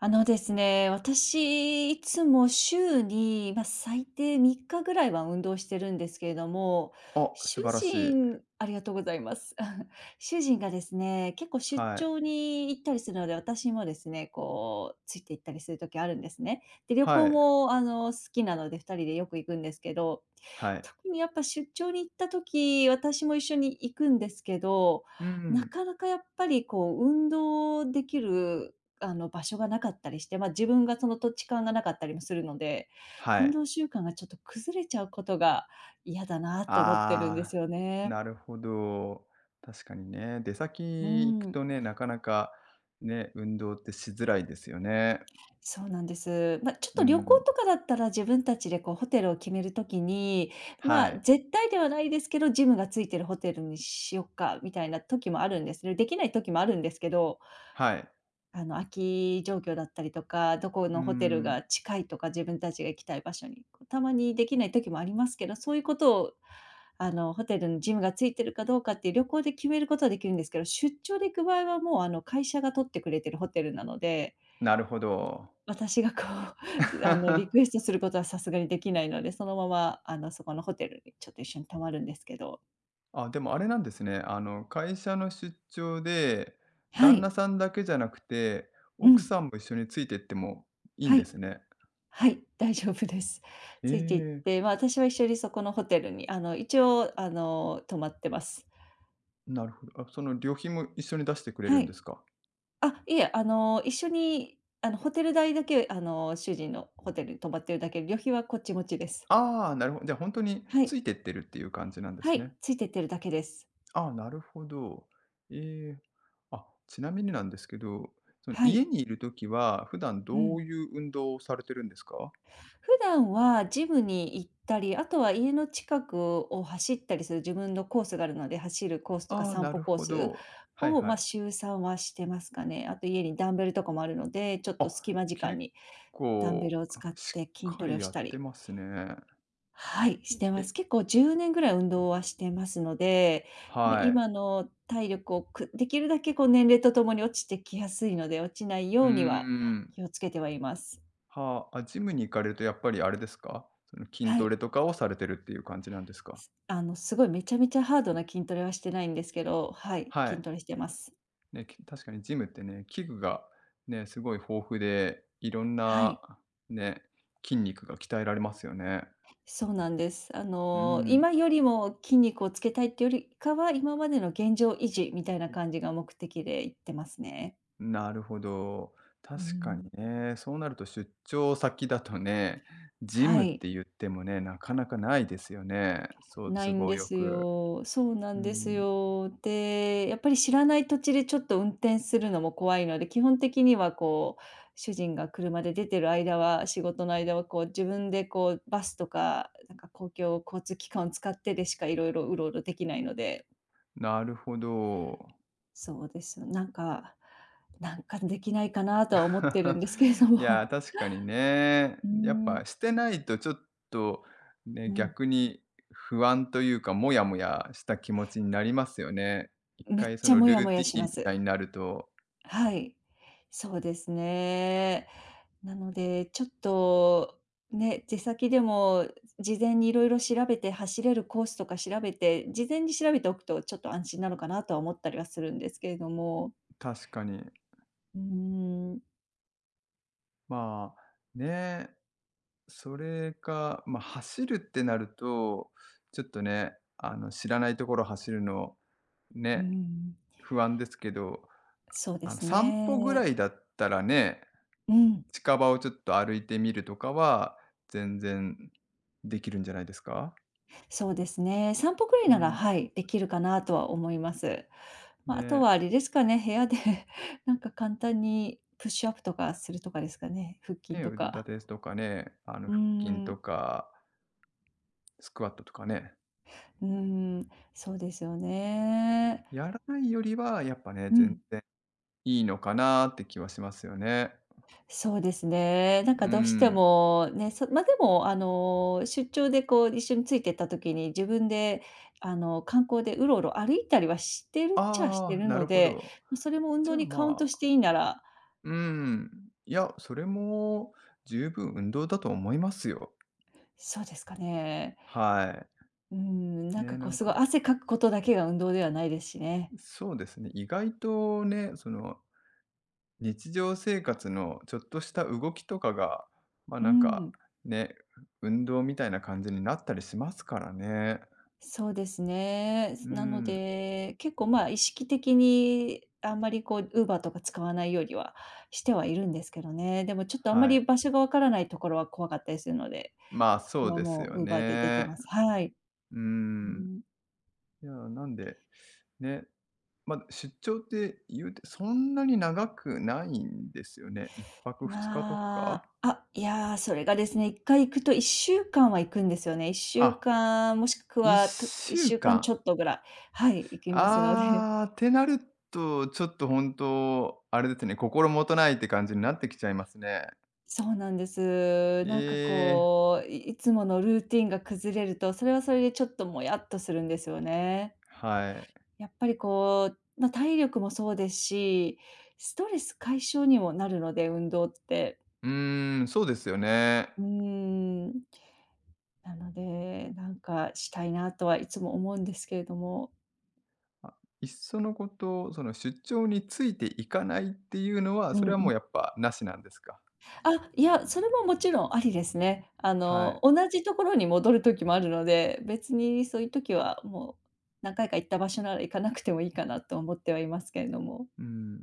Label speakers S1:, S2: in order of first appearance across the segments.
S1: あのですね、私、いつも週に、最低3日ぐらいは運動してるんですけれども、
S2: あ、
S1: 主
S2: 素晴らしい。
S1: 人ありがとうございます。主人がですね、結構出
S2: はい。
S1: 張に行ったりするので、私もですね、ついて行ったりする時あるんですね。で、旅
S2: は
S1: 行
S2: い。
S1: も、好きなので、2人でよく行くんですけど、
S2: はい。
S1: 特にやっぱ出張に行った時、私も一緒に行くんですけど、
S2: う
S1: な
S2: ん。
S1: かなかやっぱり運動できる場所がなかったりして、自分がその土地勘がなかったりもするので、
S2: は
S1: 運
S2: い。
S1: 動習慣がちょっと崩れちゃうことが嫌だなと思ってるんで
S2: あ
S1: す
S2: あ、
S1: よね。
S2: なるほど。確かにね、出
S1: う
S2: 先行く
S1: ん、
S2: とね、なかなかね、運動ってしづらいですよね。
S1: そうなんです。ちょっ
S2: う
S1: と旅行
S2: ん。
S1: とかだったら自分たちでこうホテルを決めるときに、
S2: はい。
S1: 絶対ではないですけど、ジムがついてるホテルにしよっかみたいな時もあるんですね。できない時もあるんですけど、
S2: はい。
S1: 空き状況だったりとか、どこ
S2: うー
S1: のホテル
S2: ん、
S1: が近いとか、自分たちが行きたい場所に、たまにできない時もありますけど、そういうことを、ホテルのジムがついてるかどうかっていう旅行で決めることはできるんですけど、出張で行く場合はもう、会社が取ってくれてるホテルなので、
S2: なるほど。
S1: 私がこう、リクエス トすることはさすがにできないので、そのまま、そこのホテルにちょっと一緒に泊まるんですけど。
S2: あ、でもあれなんですね。会社の出張で、
S1: は
S2: 旦那
S1: い。
S2: さんだけじゃなくて、
S1: う
S2: 奥
S1: ん。
S2: さんも一緒についてってもいいん
S1: は
S2: で
S1: い。
S2: すね。
S1: はい、大丈夫です。
S2: え
S1: ついて行っ
S2: え。
S1: て、私は一緒にそこのホテルに、一応、泊まってます。
S2: なるほど。あ、その料品も一緒に出してくれる
S1: は
S2: んで
S1: い。
S2: すか？
S1: あ、いえ、あの、一緒に、あの、ホテル代だけ、主人のホテルに泊まってるだけで、旅費はこっち持ちです。
S2: ああ、なるほど。じゃあ、本当に
S1: は
S2: つ
S1: い。
S2: いてってるっていう感じなんで
S1: は
S2: す
S1: い、
S2: ね。
S1: ついてってるだけです。
S2: ああ、なるほど。ええ、あ、ちなみになんですけど、その
S1: は
S2: 家
S1: い。
S2: にいるときは、普段
S1: う
S2: ど
S1: ん。
S2: ういう運動をされてるんですか？
S1: 普段はジムに行ったり、あとは家の近くを走ったりする自分のコースがあるので、走るコースとか
S2: ああ、
S1: 散
S2: な
S1: 歩
S2: る
S1: コー
S2: ほ
S1: ス
S2: ど。はい
S1: を、
S2: はい。
S1: 週3はしてますかね。あと家にダンベルとかもあるので、ちょっと
S2: あ、
S1: 隙間時間
S2: 結
S1: にダンベ
S2: 構、
S1: ルを使っ
S2: しっ
S1: て筋
S2: か
S1: トレ
S2: り
S1: を
S2: や
S1: し
S2: っ
S1: た
S2: て
S1: り、
S2: ますね。
S1: はい、してま
S2: え
S1: す。結構10年ぐらい運動はしてますので、
S2: はい。
S1: 今の体力をできるだけ年齢とともに落ちてきやすいので、落ちない
S2: うー
S1: ようには
S2: ん。
S1: 気をつけてはいます。
S2: はあ、あ、ジムに行かれるとやっぱりあれですか？その筋
S1: は
S2: ト
S1: い。
S2: レとかをされてるっていう感じなんですか？
S1: すごいめちゃめちゃハードな筋トレはしてないんですけど、はい、
S2: は
S1: 筋
S2: い。
S1: トレしてます。
S2: ね、確かにジムってね、器具がね、すごい豊富で、いろん
S1: はい、
S2: なね、筋肉が鍛えられますよね。
S1: そうなんです。
S2: うん、
S1: 今よりも筋肉をつけたいってよりかは、今までの現状維持みたいな感じが目的で行ってますね。
S2: なるほど。
S1: う
S2: 確かに
S1: ん。
S2: ね、そうなると出張先だとね、ジ
S1: は
S2: ムっ
S1: い。
S2: て言ってもね、なかなかないですよね。そう、
S1: な
S2: 都
S1: いん
S2: 合
S1: で
S2: よ
S1: す
S2: く。
S1: よ。そうな
S2: う
S1: んです
S2: ん、
S1: よ。で、やっぱり知らない土地でちょっと運転するのも怖いので、基本的には、主人が車で出てる間は仕事の間はこう、自分でこう、バスとか、なんか公共交通機関を使ってでしかいろいろうろうろできないので、
S2: なるほど。
S1: そうですよ。なんかできないかなとは思ってるんですけれど
S2: いやー、
S1: も。
S2: 確かにね。
S1: うー
S2: やっ
S1: ん、
S2: ぱしてないとちょっとね、
S1: うん、
S2: 逆に不安というか、もやもやした気持ちになりますよね。一
S1: めっ
S2: 回そ
S1: ちゃ
S2: の
S1: モ
S2: ル
S1: ヤモ
S2: ーテ
S1: ヤ
S2: ィ
S1: し
S2: ーン
S1: ま
S2: みたい
S1: す。
S2: になると、
S1: はい。そうですね。なので、ちょっと、ね、出先でも事前にいろいろ調べて、走れるコースとか調べて、事前に調べておくとちょっと安心なのかなとは思ったりはするんですけれども、
S2: 確かに。
S1: うーん、
S2: まあ、ね、それか、ま、走るってなると、ちょっとね、知らないところ走るの
S1: うー
S2: ね、
S1: ん、
S2: 不安ですけど、
S1: そうです
S2: 散歩ぐら
S1: ね。
S2: いだったらね
S1: うん、
S2: 近場をちょっと歩いてみるとかは、全然できるんじゃないですか？
S1: そうですね。散歩くらい
S2: う
S1: なら、
S2: ん。
S1: はい、できるかなとは思います。あと
S2: で、
S1: はあれですかね、部屋で なんか簡単にプッシュアップとかするとかですかね、腹筋
S2: ね、
S1: と
S2: 腕立
S1: か。
S2: てとかね、
S1: うー
S2: 腹筋と
S1: ん、
S2: か、スクワットとかね、
S1: うーそうですよね。
S2: やらないよりは、やっぱね、
S1: う
S2: 全
S1: ん、
S2: 然いいのかなって気はしますよね。
S1: そうですね。なん
S2: う
S1: かどうして
S2: ん。
S1: もね、でも出張でこう一緒についてった時に、自分で観光でうろうろ歩いたりはしてるっちゃして
S2: ああ、
S1: る
S2: なる
S1: の
S2: ほ
S1: で、
S2: ど。
S1: ま、それも運
S2: じ
S1: 動
S2: ゃあ、
S1: にカウン
S2: ま
S1: トし
S2: あ、
S1: ていいなら、
S2: うん、いや、それも十分運動だと思いますよ。
S1: そうですかね。
S2: は
S1: うーん、
S2: い。
S1: なんか
S2: ね、な
S1: こう
S2: ん
S1: すごい
S2: か、
S1: 汗かくことだけが運動ではないですしね。
S2: そうですね、意外とね、その日常生活のちょっとした動きとかが、まあ、
S1: う
S2: なんか、
S1: ん。
S2: ね、運動みたいな感じになったりしますからね。
S1: そうですね。
S2: う
S1: なの
S2: ん、
S1: で、結構、意識的にあんまり、Uber とか使わないようにはしてはいるんですけどね。でもちょっとあんま
S2: は
S1: り
S2: い。
S1: 場所がわからないところは怖かったりするので、
S2: まあ、
S1: そ
S2: そ
S1: こ
S2: う
S1: は
S2: です
S1: も
S2: よ
S1: うウーバーで出て
S2: ね。
S1: ます。はい。
S2: うー
S1: う
S2: ん。
S1: ん。
S2: いや、なんで、ね、ま、出張って言うてそんなに長くないんですよね。一泊二日とか？
S1: いやー、それがですね、1回行くと1週間は行くんですよね。
S2: あ、一週
S1: 1週間ち
S2: 間。
S1: ょっとぐらい、はい、行きますので。
S2: ああ、ってなると、ちょっと本当、あれですね、心もとないって感じになってきちゃいますね。
S1: そうなんです。
S2: え
S1: なんか
S2: え、
S1: こう、いいつものルーティンが崩れると、それはそれでちょっともやっとするんですよね。
S2: はい。
S1: やっぱりこう、体力もそうですし、ストレス解消にもなるので、運動って。
S2: うーん、そうですよね。
S1: うーん。なので、なんかしたいなとはいつも思うんですけれども。
S2: あ、いっそのこと、その出張についていかないっていうのは、
S1: う
S2: それはも
S1: ん
S2: うやっぱなしなんですか？
S1: あ、いや、それももちろんありですね。
S2: はい。
S1: 同じところに戻る時もあるので、別にそういう時はもう何回か行った場所なら行かなくてもいいかなと思ってはいますけれども。
S2: うん、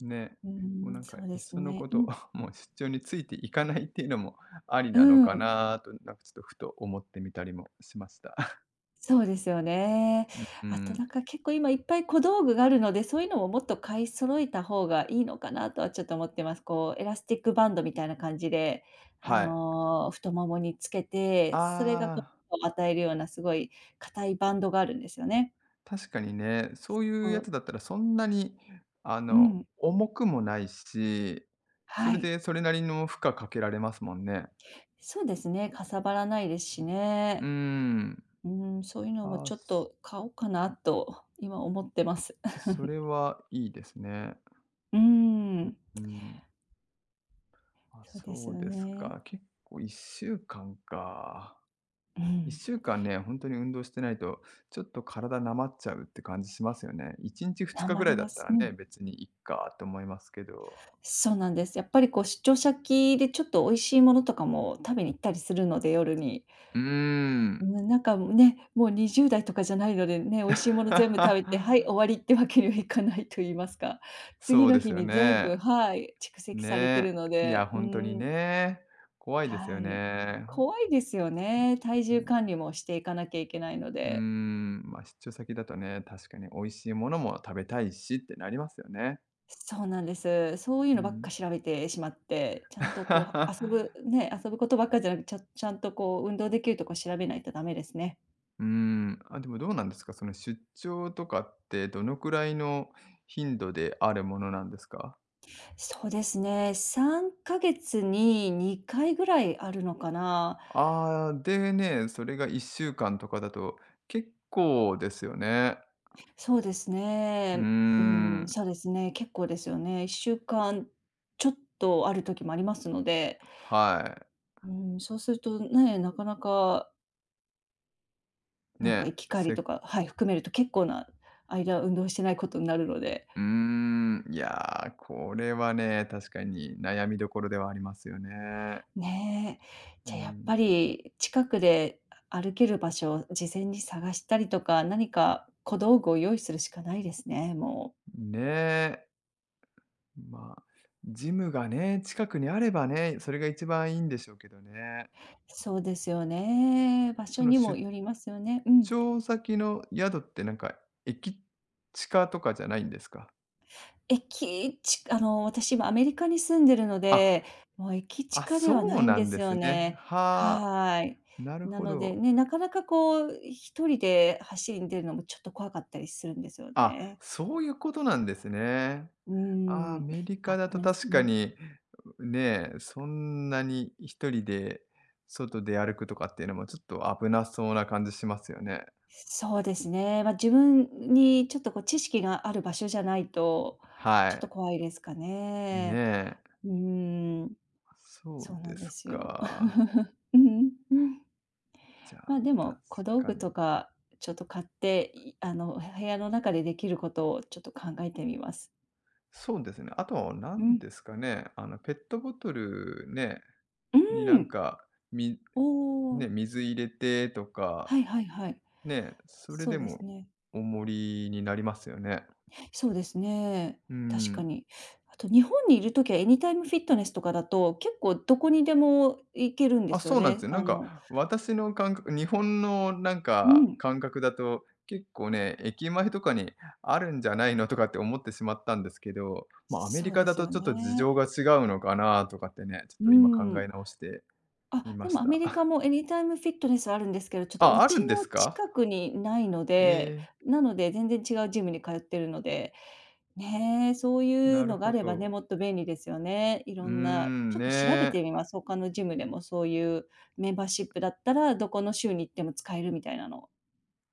S2: ね。
S1: うー
S2: もうな
S1: ん、
S2: んか
S1: そうで
S2: いっ
S1: す
S2: その
S1: ね。
S2: こ
S1: う
S2: と、
S1: ん。
S2: もう出張についていかないっていうのもあり
S1: う
S2: なのか
S1: ん。
S2: なと、なんかちょっとふと思ってみたりもしました。
S1: そうですよね。
S2: うん、う
S1: あと
S2: ん。
S1: なんか結構今いっぱい小道具があるので、そういうのももっと買い揃えた方がいいのかなとはちょっと思ってます。こうエラスティックバンドみたいな感じで、
S2: はい。
S1: 太ももにつけて、それが
S2: ああ。
S1: 与えるようなすごい硬いバンドがあるんですよね。
S2: 確かにね、そうい
S1: こ
S2: うや
S1: う
S2: つだったらそんなに、
S1: うん、
S2: 重くもないし、そ
S1: は
S2: れ
S1: い。
S2: でそれなりの負荷かけられますもんね。
S1: そうですね、かさばらないですし
S2: うー
S1: ね。
S2: ん。
S1: うん、そういうのも
S2: あ、
S1: ちょっと買おうかなと今思ってます。
S2: そ れはいいですね。
S1: う
S2: う
S1: ん、
S2: うん。あ、
S1: そうです
S2: そう
S1: よ
S2: です
S1: ね。
S2: か。結構1週間かんか。
S1: うん。
S2: 1週間ね、ほんとに運動してないと、ちょっと体なまっちゃうって感じしますよね。1日2
S1: た
S2: 日ぐ
S1: ま
S2: ら
S1: り
S2: いだ
S1: ま
S2: った
S1: す。
S2: ら
S1: う
S2: ね、
S1: ん。
S2: 別にいっかと思いますけど。
S1: そうなんです。やっぱりこう出張先でちょっと美味しいものとかも食べに行ったりするので、夜に。
S2: うー
S1: う
S2: ん。
S1: ん、なんかね、もう20代とかじゃないのでね、美味しいもの全部食べて、はい、終わりってわけにはいかないと言いますか。
S2: そ
S1: 次
S2: う
S1: の
S2: です
S1: 日
S2: よ
S1: に全部
S2: ね。
S1: はい、蓄積されてる
S2: ね。
S1: の
S2: いや、
S1: で、う
S2: 本当に
S1: ん、
S2: ね。怖いです
S1: は
S2: よ
S1: い。
S2: ね。
S1: 怖いですよね。体重管理もしていかなきゃいけないの
S2: う
S1: で。
S2: ん。まあ出張先だとね、確かに美味しいものも食べたいしってなりますよね。
S1: そうなんです。そういう
S2: う
S1: のばっ
S2: ん。
S1: か調べてしまって、ちゃんとこう 遊ぶね、遊ぶことばっかじゃなくて、ちゃんとこう運動できるとこ調べないとダメですね。
S2: うん、あ、でもどうなんですか？その出張とかってどのくらいの頻度であるものなんですか？
S1: そうですね、3ヶ月に2回ぐらいあるのかな。
S2: ああー、でね、それが1週間とかだと結構ですよね。
S1: そうです
S2: うー
S1: ね。うん、
S2: ん、
S1: そうですね、結構ですよね。1週間ちょっとある時もありますので、
S2: はい。
S1: うん、そうするとね、なかなか、なんか
S2: ね、
S1: 行き帰りとか、はい、含めると結構な間運動してないことになるので。
S2: うーん、いやー、これはね、確かに悩みどころではありますよね。
S1: ねえ。
S2: う
S1: じゃ、やっ
S2: ん、
S1: ぱり近くで歩ける場所を事前に探したりとか、何か小道具を用意するしかないですね、もう。
S2: ねえ、まあ、ジムがね、近くにあればね、それが一番いいんでしょうけどね。
S1: そうですよね。場
S2: そ
S1: 所
S2: の
S1: にも
S2: 出
S1: よりますよね。うん。
S2: 張先の宿ってなんか、駅近とかじゃないんですか？
S1: 私今アメリカに住んでるの
S2: あ、
S1: で、もう駅
S2: あ、
S1: 近では
S2: そ
S1: な
S2: う
S1: いん
S2: な
S1: で
S2: んで
S1: す
S2: す
S1: よ
S2: ね。
S1: ね。
S2: はあ、
S1: はい。
S2: なる
S1: な
S2: ほ
S1: ので
S2: ど。
S1: ね、なかなかこう一人で走りに出るのもちょっと怖かったりするんですよ
S2: あ、
S1: ね。
S2: そういうことなんですね。
S1: う
S2: ア
S1: ん。
S2: メリカ
S1: あ、
S2: だ
S1: ご
S2: と
S1: めんなさ
S2: 確
S1: い。
S2: かに、ねえ、そんなに一人で外で歩くとかっていうのもちょっと危なそうな感じしますよね。
S1: そうですね。自分にちょっとこう知識がある場所じゃないと、
S2: は
S1: ちょっと
S2: い。
S1: 怖いですか
S2: ね
S1: ね。
S2: え。
S1: うーん、
S2: そ
S1: そ
S2: う
S1: うな
S2: で
S1: んで
S2: す
S1: すよ。
S2: か。
S1: うんうん。
S2: じゃ
S1: ま、
S2: あ、
S1: で
S2: 確
S1: も小道
S2: か
S1: 具と
S2: に。
S1: かちょっと買って、部屋の中でできることをちょっと考えてみます。
S2: そうですね。あとは
S1: う
S2: 何
S1: ん。
S2: ですかね、あのペットボトルね、
S1: う
S2: になん
S1: ん。
S2: か、み
S1: おお。
S2: ね、水入れてとか
S1: はいはいはい。
S2: ねえ、それ
S1: そう
S2: で
S1: です
S2: も
S1: ね。
S2: おもりになりますよね。
S1: そうですね。
S2: う
S1: 確か
S2: ん。
S1: に。あと日本にいる時はエニタイムフィットネスとかだと、結構どこにでも行けるんで
S2: あ、
S1: すよ
S2: そうなんです
S1: ね。
S2: よ。なんか私の感覚日本のなん
S1: う
S2: か
S1: ん、
S2: 感覚だと、結構ね、駅前とかにあるんじゃないのとかって思ってしまったんですけど、まあ、アメ
S1: そ
S2: リ
S1: う
S2: カ
S1: で
S2: だ
S1: す
S2: と
S1: よ
S2: ちょっと事
S1: ね。
S2: 情が違うのかなとかってね、ちょっ
S1: うー
S2: と今考
S1: ん。
S2: え直してみ
S1: あ、
S2: ま
S1: で
S2: し
S1: もアメ
S2: た。
S1: リカ もエニタイムフィットネスあるんですけど、ちょっと
S2: あ、
S1: う
S2: ある
S1: ち
S2: んで
S1: の
S2: すか？
S1: 近くにないので、
S2: え
S1: なので全然違うジムに通ってるので、ね、そう
S2: ー、
S1: い
S2: な
S1: う
S2: る
S1: のが
S2: ほ
S1: あればね、
S2: ど。
S1: もっと便利ですよね。い
S2: うー
S1: ろんな、
S2: ん、
S1: ちょっ
S2: ね
S1: と調べ
S2: え。
S1: てみます。他のジムでもそういうメンバーシップだったら、どこの州に行っても使えるみたいなの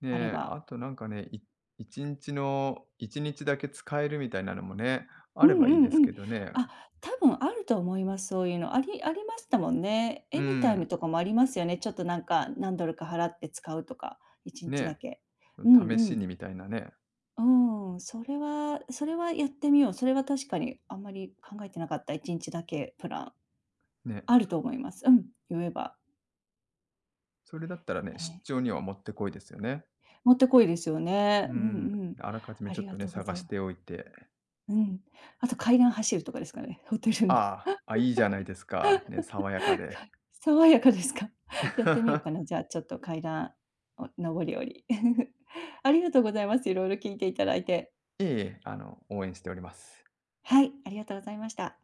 S2: ね
S1: あれ
S2: え、
S1: ば。
S2: あとなんかね、1日の1日だけ使えるみたいなのもね、あ
S1: うん
S2: ればいい
S1: う
S2: で
S1: んう
S2: す
S1: ん。
S2: けどね。
S1: あ、多分あると思います、そういうの。ありましたもんね。
S2: う
S1: エニタイム
S2: ん、
S1: とかもありますよね。ちょっとなんか、何ドルか払って使うとか、1日だ
S2: ね
S1: け。うんう
S2: え、試し
S1: ん。
S2: にみたいなね。
S1: うん、それはやってみよう。それは確かにあんまり考えてなかった、1日だけプラン。
S2: ね、
S1: あると思います。うん、言えば。
S2: それだったらね、
S1: え
S2: 出張にはもってこいですよね。
S1: ーもってこいですよね。
S2: う
S1: うんう
S2: ん、
S1: ん。
S2: あらかじめ
S1: あ
S2: ちょっ
S1: り
S2: と
S1: が
S2: ね、
S1: とうご
S2: 探
S1: ざい
S2: し
S1: ます。
S2: ておいて。
S1: うん。あと階段走るとかですかね、ホテル
S2: あ
S1: の。
S2: あ、あ、いいじゃないですか。ね、爽やかで。
S1: 爽やかですか？やってみようかな、じゃ あ、ちょっと階段を上り下り。ありがとうございます。いろいろ聞いていただいて。
S2: ええ、応援しております。
S1: はい、ありがとうございました。